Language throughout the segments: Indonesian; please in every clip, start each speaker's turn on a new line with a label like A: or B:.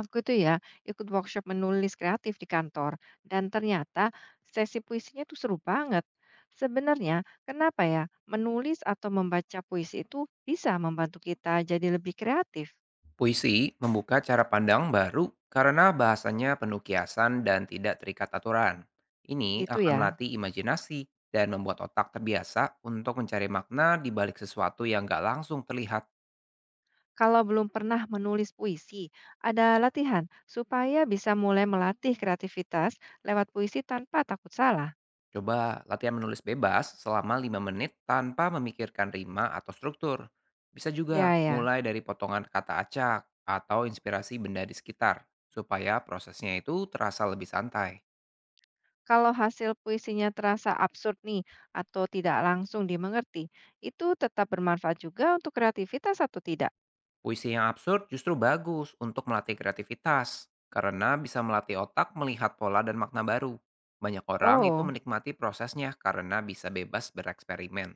A: Aku itu ya ikut workshop menulis kreatif di kantor, dan ternyata sesi puisinya tuh seru banget. Sebenarnya kenapa ya menulis atau membaca puisi itu bisa membantu kita jadi lebih kreatif
B: Puisi membuka cara pandang baru karena bahasanya penuh kiasan dan tidak terikat aturan. Ini
A: gitu
B: akan
A: ya.
B: melatih imajinasi dan membuat otak terbiasa untuk mencari makna di balik sesuatu yang gak langsung terlihat.
A: Kalau belum pernah menulis puisi, ada latihan supaya bisa mulai melatih kreativitas lewat puisi tanpa takut salah.
B: Coba latihan menulis bebas selama 5 menit tanpa memikirkan rima atau struktur. Bisa juga
A: Ya ya.
B: mulai dari potongan kata acak atau inspirasi benda di sekitar, supaya prosesnya itu terasa lebih santai.
A: Kalau hasil puisinya terasa absurd nih atau tidak langsung dimengerti, itu tetap bermanfaat juga untuk kreativitas atau tidak?
B: Puisi yang absurd justru bagus untuk melatih kreativitas, karena bisa melatih otak melihat pola dan makna baru. Banyak orang itu
A: Oh,
B: menikmati prosesnya karena bisa bebas bereksperimen.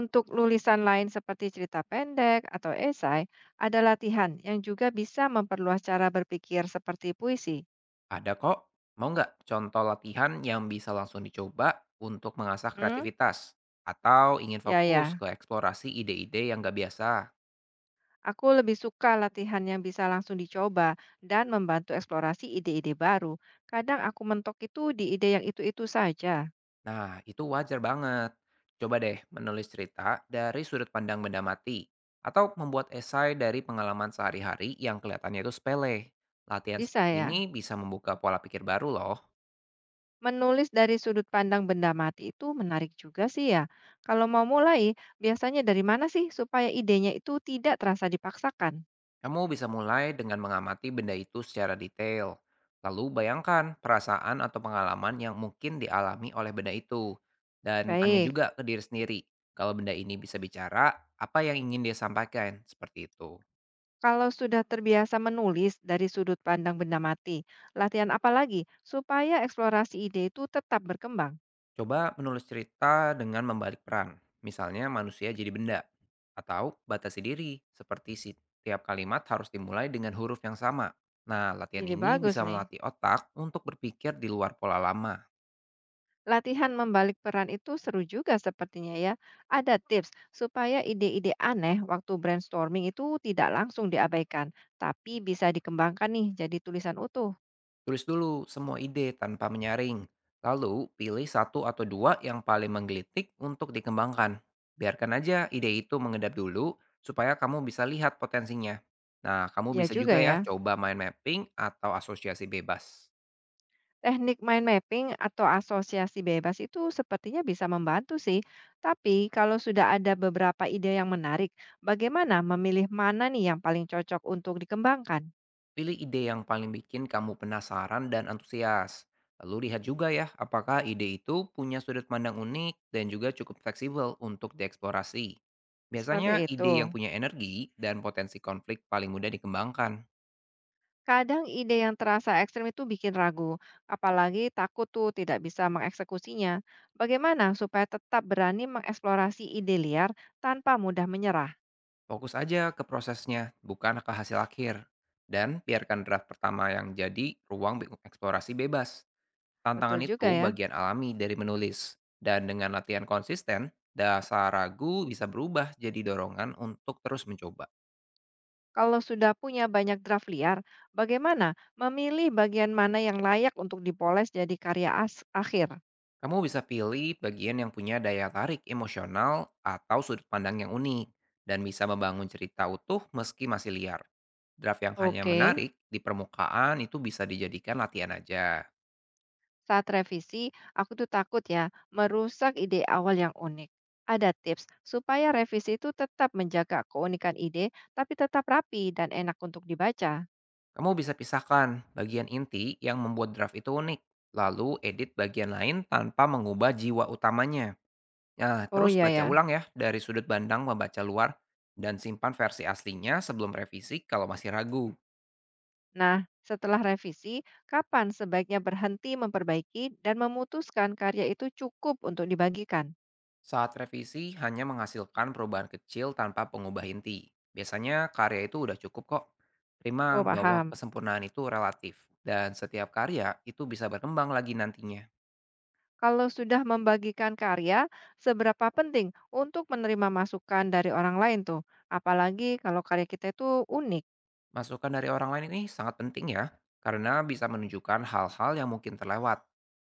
A: untuk lulisan lain seperti cerita pendek atau esai, ada latihan yang juga bisa memperluas cara berpikir seperti puisi.
B: Ada kok, mau nggak contoh latihan yang bisa langsung dicoba untuk mengasah
A: Hmm,
B: kreativitas? Atau ingin
A: ya
B: fokus
A: ya.
B: ke eksplorasi ide-ide yang nggak biasa?
A: Aku lebih suka latihan yang bisa langsung dicoba dan membantu eksplorasi ide-ide baru. Kadang aku mentok itu di ide yang itu-itu saja.
B: Nah, itu wajar banget. Coba deh menulis cerita dari sudut pandang benda mati, atau membuat esai dari pengalaman sehari-hari yang kelihatannya itu sepele. Latihan
A: Bisa
B: seperti
A: ya?
B: ini bisa membuka pola pikir baru loh.
A: Menulis dari sudut pandang benda mati itu menarik juga sih ya. Kalau mau mulai, biasanya dari mana sih supaya idenya itu tidak terasa dipaksakan?
B: Kamu bisa mulai dengan mengamati benda itu secara detail. Lalu bayangkan perasaan atau pengalaman yang mungkin dialami oleh benda itu. Dan tanya
A: Baik,
B: juga ke diri sendiri, kalau benda ini bisa bicara, apa yang ingin dia sampaikan? Seperti itu.
A: kalau sudah terbiasa menulis dari sudut pandang benda mati, latihan apa lagi supaya eksplorasi ide itu tetap berkembang?
B: Coba menulis cerita dengan membalik peran, misalnya manusia jadi benda, atau batasi diri, seperti setiap kalimat harus dimulai dengan huruf yang sama. Nah, latihan
A: Ide
B: ini
A: bagus
B: bisa
A: nih.
B: melatih otak untuk berpikir di luar pola lama.
A: Latihan membalik peran itu seru juga sepertinya ya. Ada tips supaya ide-ide aneh waktu brainstorming itu tidak langsung diabaikan, tapi bisa dikembangkan nih jadi tulisan utuh.
B: Tulis dulu semua ide tanpa menyaring, lalu pilih satu atau dua yang paling menggelitik untuk dikembangkan. Biarkan aja ide itu mengedap dulu, supaya kamu bisa lihat potensinya. Nah, kamu
A: Iya
B: bisa
A: juga
B: juga ya
A: ya.
B: coba main mapping atau asosiasi bebas.
A: Teknik mind mapping atau asosiasi bebas itu sepertinya bisa membantu sih. Tapi kalau sudah ada beberapa ide yang menarik, bagaimana memilih mana nih yang paling cocok untuk dikembangkan?
B: Pilih ide yang paling bikin kamu penasaran dan antusias. Lalu lihat juga ya, apakah ide itu punya sudut pandang unik dan juga cukup fleksibel untuk dieksplorasi.
A: Seperti
B: Biasanya ide yang
A: itu.
B: punya energi dan potensi konflik paling mudah dikembangkan.
A: Kadang ide yang terasa ekstrem itu bikin ragu, apalagi takut tuh tidak bisa mengeksekusinya. Bagaimana supaya tetap berani mengeksplorasi ide liar tanpa mudah menyerah?
B: Fokus aja ke prosesnya, bukan ke hasil akhir. Dan biarkan draft pertama yang jadi ruang eksplorasi bebas. Tantangan
A: Betul
B: itu
A: juga ya.
B: bagian alami dari menulis. Dan dengan latihan konsisten, dasar ragu bisa berubah jadi dorongan untuk terus mencoba.
A: Kalau sudah punya banyak draft liar, bagaimana memilih bagian mana yang layak untuk dipoles jadi karya akhir?
B: Kamu bisa pilih bagian yang punya daya tarik emosional atau sudut pandang yang unik dan bisa membangun cerita utuh meski masih liar. Draft yang hanya
A: Oke,
B: menarik di permukaan itu bisa dijadikan latihan aja.
A: saat revisi, aku tuh takut ya merusak ide awal yang unik. Ada tips supaya revisi itu tetap menjaga keunikan ide, tapi tetap rapi dan enak untuk dibaca.
B: Kamu bisa pisahkan bagian inti yang membuat draft itu unik, lalu edit bagian lain tanpa mengubah jiwa utamanya. Nah,
A: Oh
B: terus
A: iya
B: baca
A: ya.
B: ulang ya dari sudut pandang pembaca luar dan simpan versi aslinya sebelum revisi kalau masih ragu.
A: Nah, setelah revisi, kapan sebaiknya berhenti memperbaiki dan memutuskan karya itu cukup untuk dibagikan?
B: Saat revisi hanya menghasilkan perubahan kecil tanpa pengubah inti. Biasanya karya itu udah cukup kok. Terima
A: Oh
B: bahwa
A: paham.
B: kesempurnaan itu relatif dan setiap karya itu bisa berkembang lagi nantinya.
A: Kalau sudah membagikan karya, seberapa penting untuk menerima masukan dari orang lain tuh? Apalagi kalau karya kita itu unik,
B: Masukan dari orang lain ini sangat penting ya karena bisa menunjukkan hal-hal yang mungkin terlewat.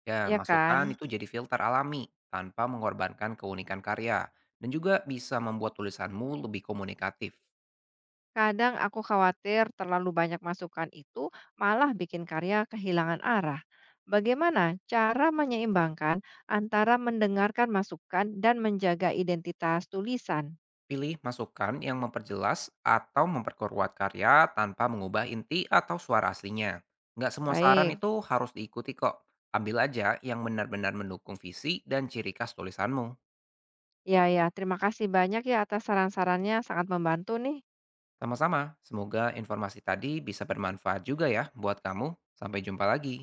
B: Ya,
A: ya
B: masukan
A: kan?
B: itu jadi filter alami tanpa mengorbankan keunikan karya dan juga bisa membuat tulisanmu lebih komunikatif.
A: Kadang aku khawatir terlalu banyak masukan itu malah bikin karya kehilangan arah. Bagaimana cara menyeimbangkan antara mendengarkan masukan dan menjaga identitas tulisan?
B: Pilih masukan yang memperjelas atau memperkuat karya tanpa mengubah inti atau suara aslinya. Nggak semua saran
A: Baik,
B: itu harus diikuti kok. Ambil aja yang benar-benar mendukung visi dan ciri khas tulisanmu.
A: ya ya, terima kasih banyak ya atas saran-sarannya, sangat membantu nih.
B: Sama-sama, semoga informasi tadi bisa bermanfaat juga ya buat kamu. Sampai jumpa lagi.